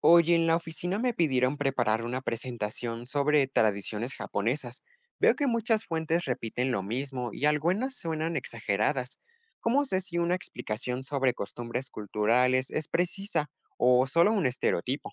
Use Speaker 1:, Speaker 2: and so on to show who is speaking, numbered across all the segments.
Speaker 1: Oye, en la oficina me pidieron preparar una presentación sobre tradiciones japonesas. Veo que muchas fuentes repiten lo mismo y algunas suenan exageradas. ¿Cómo sé si una explicación sobre costumbres culturales es precisa o solo un estereotipo?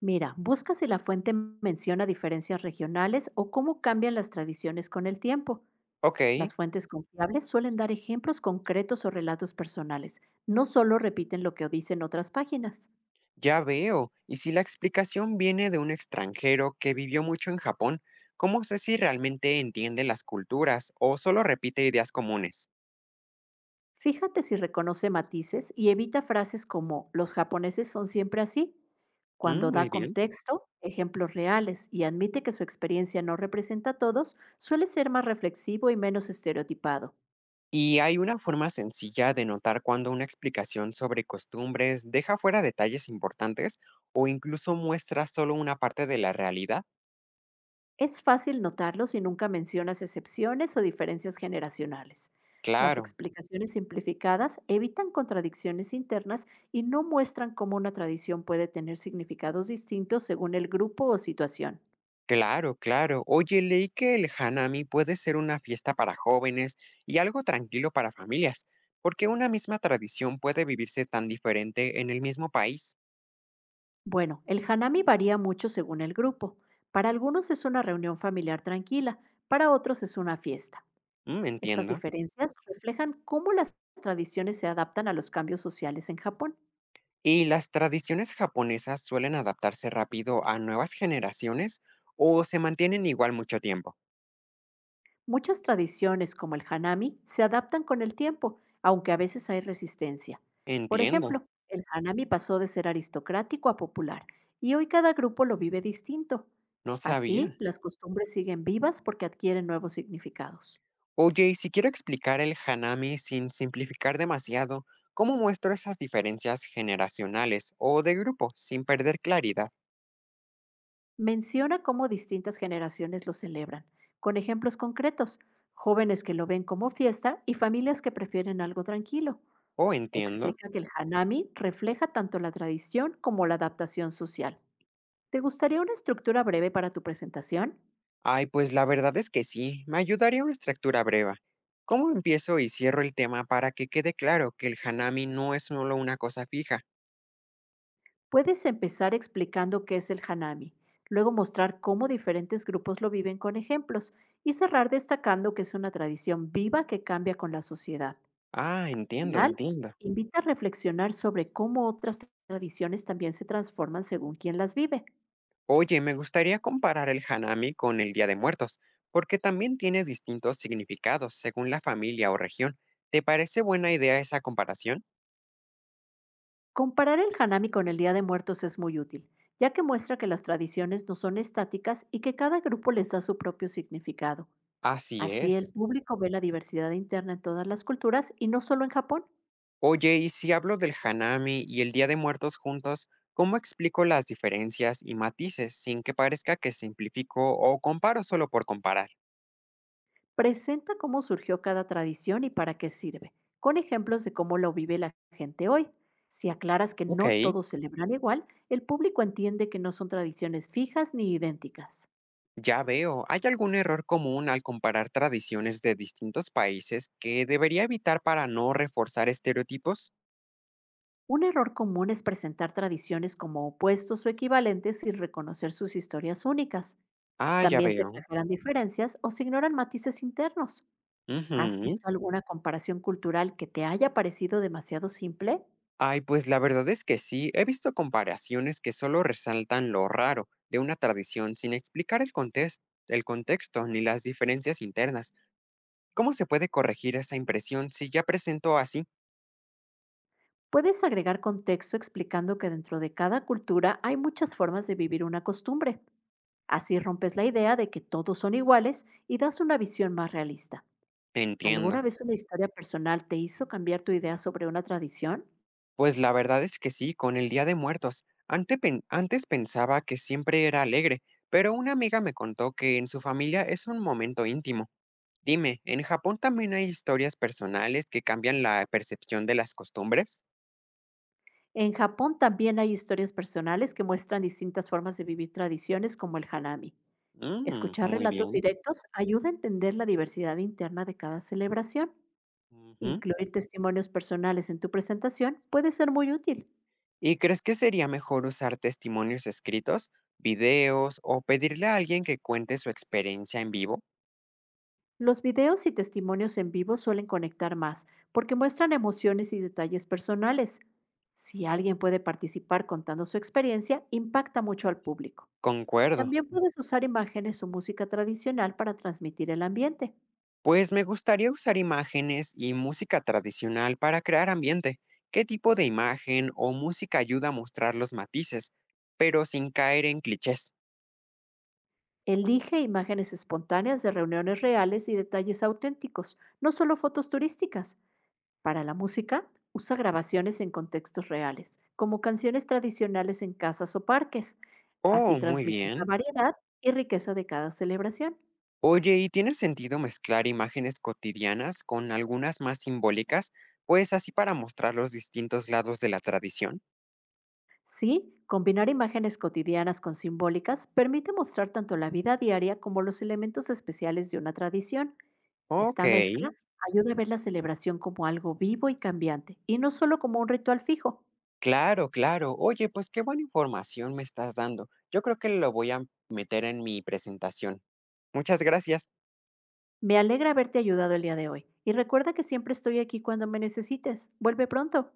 Speaker 2: Mira, busca si la fuente menciona diferencias regionales o cómo cambian las tradiciones con el tiempo.
Speaker 1: Ok,
Speaker 2: Las fuentes confiables suelen dar ejemplos concretos o relatos personales, no solo repiten lo que dicen otras páginas.
Speaker 1: ya veo. Y si la explicación viene de un extranjero que vivió mucho en Japón, ¿cómo sé si realmente entiende las culturas o solo repite ideas comunes?
Speaker 2: Fíjate si reconoce matices y evita frases como los japoneses son siempre así.
Speaker 1: Mm,
Speaker 2: Cuando
Speaker 1: muy
Speaker 2: da
Speaker 1: bien.
Speaker 2: contexto, ejemplos reales y admite que su experiencia no representa a todos, suele ser más reflexivo y menos estereotipado.
Speaker 1: Y hay una forma sencilla de notar cuando una explicación sobre costumbres deja fuera detalles importantes o incluso muestra solo una parte de la realidad.
Speaker 2: Es fácil notarlo si nunca mencionas excepciones o diferencias generacionales. Las
Speaker 1: Claro,
Speaker 2: explicaciones simplificadas evitan contradicciones internas y no muestran cómo una tradición puede tener significados distintos según el grupo o situación.
Speaker 1: claro, claro. Oye, leí que el Hanami puede ser una fiesta para jóvenes y algo tranquilo para familias. ¿Por qué una misma tradición puede vivirse tan diferente en el mismo país?
Speaker 2: Bueno, el hanami varía mucho según el grupo. Para algunos es una reunión familiar tranquila, para otros es una fiesta.
Speaker 1: Mm,
Speaker 2: Estas
Speaker 1: entiendo.
Speaker 2: diferencias reflejan cómo las tradiciones se adaptan a los cambios sociales en Japón.
Speaker 1: ¿Y las tradiciones japonesas suelen adaptarse rápido a nuevas generaciones o se mantienen igual mucho tiempo?
Speaker 2: Muchas tradiciones, como el hanami, se adaptan con el tiempo, aunque a veces hay resistencia. Por
Speaker 1: Entiendo.
Speaker 2: ejemplo, el hanami pasó de ser aristocrático a popular, y hoy cada grupo lo vive distinto.
Speaker 1: No
Speaker 2: Así,
Speaker 1: sabía.
Speaker 2: las costumbres siguen vivas porque adquieren nuevos significados.
Speaker 1: Oye, y si quiero explicar el hanami sin simplificar demasiado, ¿cómo muestro esas diferencias generacionales o de grupo sin perder claridad?
Speaker 2: Menciona cómo distintas generaciones lo celebran, con ejemplos concretos, jóvenes que lo ven como fiesta y familias que prefieren algo tranquilo.
Speaker 1: ¿O entiendo?
Speaker 2: Explica que el hanami refleja tanto la tradición como la adaptación social. ¿Te gustaría una estructura breve para tu presentación?
Speaker 1: Ay, pues la verdad es que sí, me ayudaría una estructura breve. ¿Cómo empiezo y cierro el tema para que quede claro que el hanami no es solo una cosa fija?
Speaker 2: Puedes empezar explicando qué es el hanami, luego mostrar cómo diferentes grupos lo viven con ejemplos y cerrar destacando que es una tradición viva que cambia con la sociedad. Al
Speaker 1: Ah, entiendo,
Speaker 2: final,
Speaker 1: entiendo.
Speaker 2: invita a reflexionar sobre cómo otras tradiciones también se transforman según quien las vive.
Speaker 1: Oye, me gustaría comparar el hanami con el Día de Muertos, porque también tiene distintos significados según la familia o región. ¿Te parece buena idea esa comparación?
Speaker 2: Comparar el hanami con el Día de Muertos es muy útil, ya que muestra que las tradiciones no son estáticas y que cada grupo les da su propio significado.
Speaker 1: Así
Speaker 2: Así el
Speaker 1: es.
Speaker 2: público ve la diversidad interna en todas las culturas y no solo en Japón.
Speaker 1: Oye, y si hablo del hanami y el Día de Muertos juntos, ¿cómo explico las diferencias y matices sin que parezca que simplifico o comparo solo por comparar?
Speaker 2: Presenta cómo surgió cada tradición y para qué sirve, con ejemplos de cómo lo vive la gente hoy. Si aclaras que
Speaker 1: Ok,
Speaker 2: no todos celebran igual, el público entiende que no son tradiciones fijas ni idénticas.
Speaker 1: ya veo. ¿Hay algún error común al comparar tradiciones de distintos países que debería evitar para no reforzar estereotipos?
Speaker 2: Un error común es presentar tradiciones como opuestos o equivalentes sin reconocer sus historias únicas.
Speaker 1: Ah, ya
Speaker 2: También se
Speaker 1: veo.
Speaker 2: exageran diferencias o se ignoran matices internos. ¿Has
Speaker 1: Ujú.
Speaker 2: visto alguna comparación cultural que te haya parecido demasiado simple?
Speaker 1: Ay, pues la verdad es que sí, he visto comparaciones que solo resaltan lo raro de una tradición sin explicar el contexto ni las diferencias internas. ¿Cómo se puede corregir esa impresión si ya presentó así?
Speaker 2: Puedes agregar contexto explicando que dentro de cada cultura hay muchas formas de vivir una costumbre. Así rompes la idea de que todos son iguales y das una visión más realista. ¿Alguna
Speaker 1: Entiendo.
Speaker 2: vez una historia personal te hizo cambiar tu idea sobre una tradición?
Speaker 1: Pues la verdad es que sí, con el Día de Muertos. Antes pensaba que siempre era alegre, pero una amiga me contó que en su familia es un momento íntimo. Dime, ¿en Japón también hay historias personales que cambian la percepción de las costumbres?
Speaker 2: En Japón también hay historias personales que muestran distintas formas de vivir tradiciones como el hanami.
Speaker 1: Mm,
Speaker 2: Escuchar
Speaker 1: muy
Speaker 2: relatos
Speaker 1: bien.
Speaker 2: directos ayuda a entender la diversidad interna de cada celebración.
Speaker 1: Ujú.
Speaker 2: Incluir testimonios personales en tu presentación puede ser muy útil.
Speaker 1: ¿Y crees que sería mejor usar testimonios escritos, videos o pedirle a alguien que cuente su experiencia en vivo?
Speaker 2: Los videos y testimonios en vivo suelen conectar más porque muestran emociones y detalles personales. Si alguien puede participar contando su experiencia, impacta mucho al público.
Speaker 1: Concuerdo.
Speaker 2: También puedes usar imágenes o música tradicional para transmitir el ambiente.
Speaker 1: Pues me gustaría usar imágenes y música tradicional para crear ambiente. ¿Qué tipo de imagen o música ayuda a mostrar los matices, pero sin caer en clichés?
Speaker 2: Elige imágenes espontáneas de reuniones reales y detalles auténticos, no solo fotos turísticas. Para la música, usa grabaciones en contextos reales, como canciones tradicionales en casas o parques. Así
Speaker 1: Oh, muy
Speaker 2: transmites la
Speaker 1: bien.
Speaker 2: variedad y riqueza de cada celebración.
Speaker 1: Oye, ¿y tiene sentido mezclar imágenes cotidianas con algunas más simbólicas? Pues así para mostrar los distintos lados de la tradición.
Speaker 2: Sí, combinar imágenes cotidianas con simbólicas permite mostrar tanto la vida diaria como los elementos especiales de una tradición.
Speaker 1: Ok,
Speaker 2: Esta mezcla ayuda a ver la celebración como algo vivo y cambiante, y no solo como un ritual fijo.
Speaker 1: claro, claro. Oye, pues qué buena información me estás dando. Yo creo que lo voy a meter en mi presentación. Muchas gracias.
Speaker 2: Me alegra haberte ayudado el día de hoy, y recuerda que siempre estoy aquí cuando me necesites. Vuelve pronto.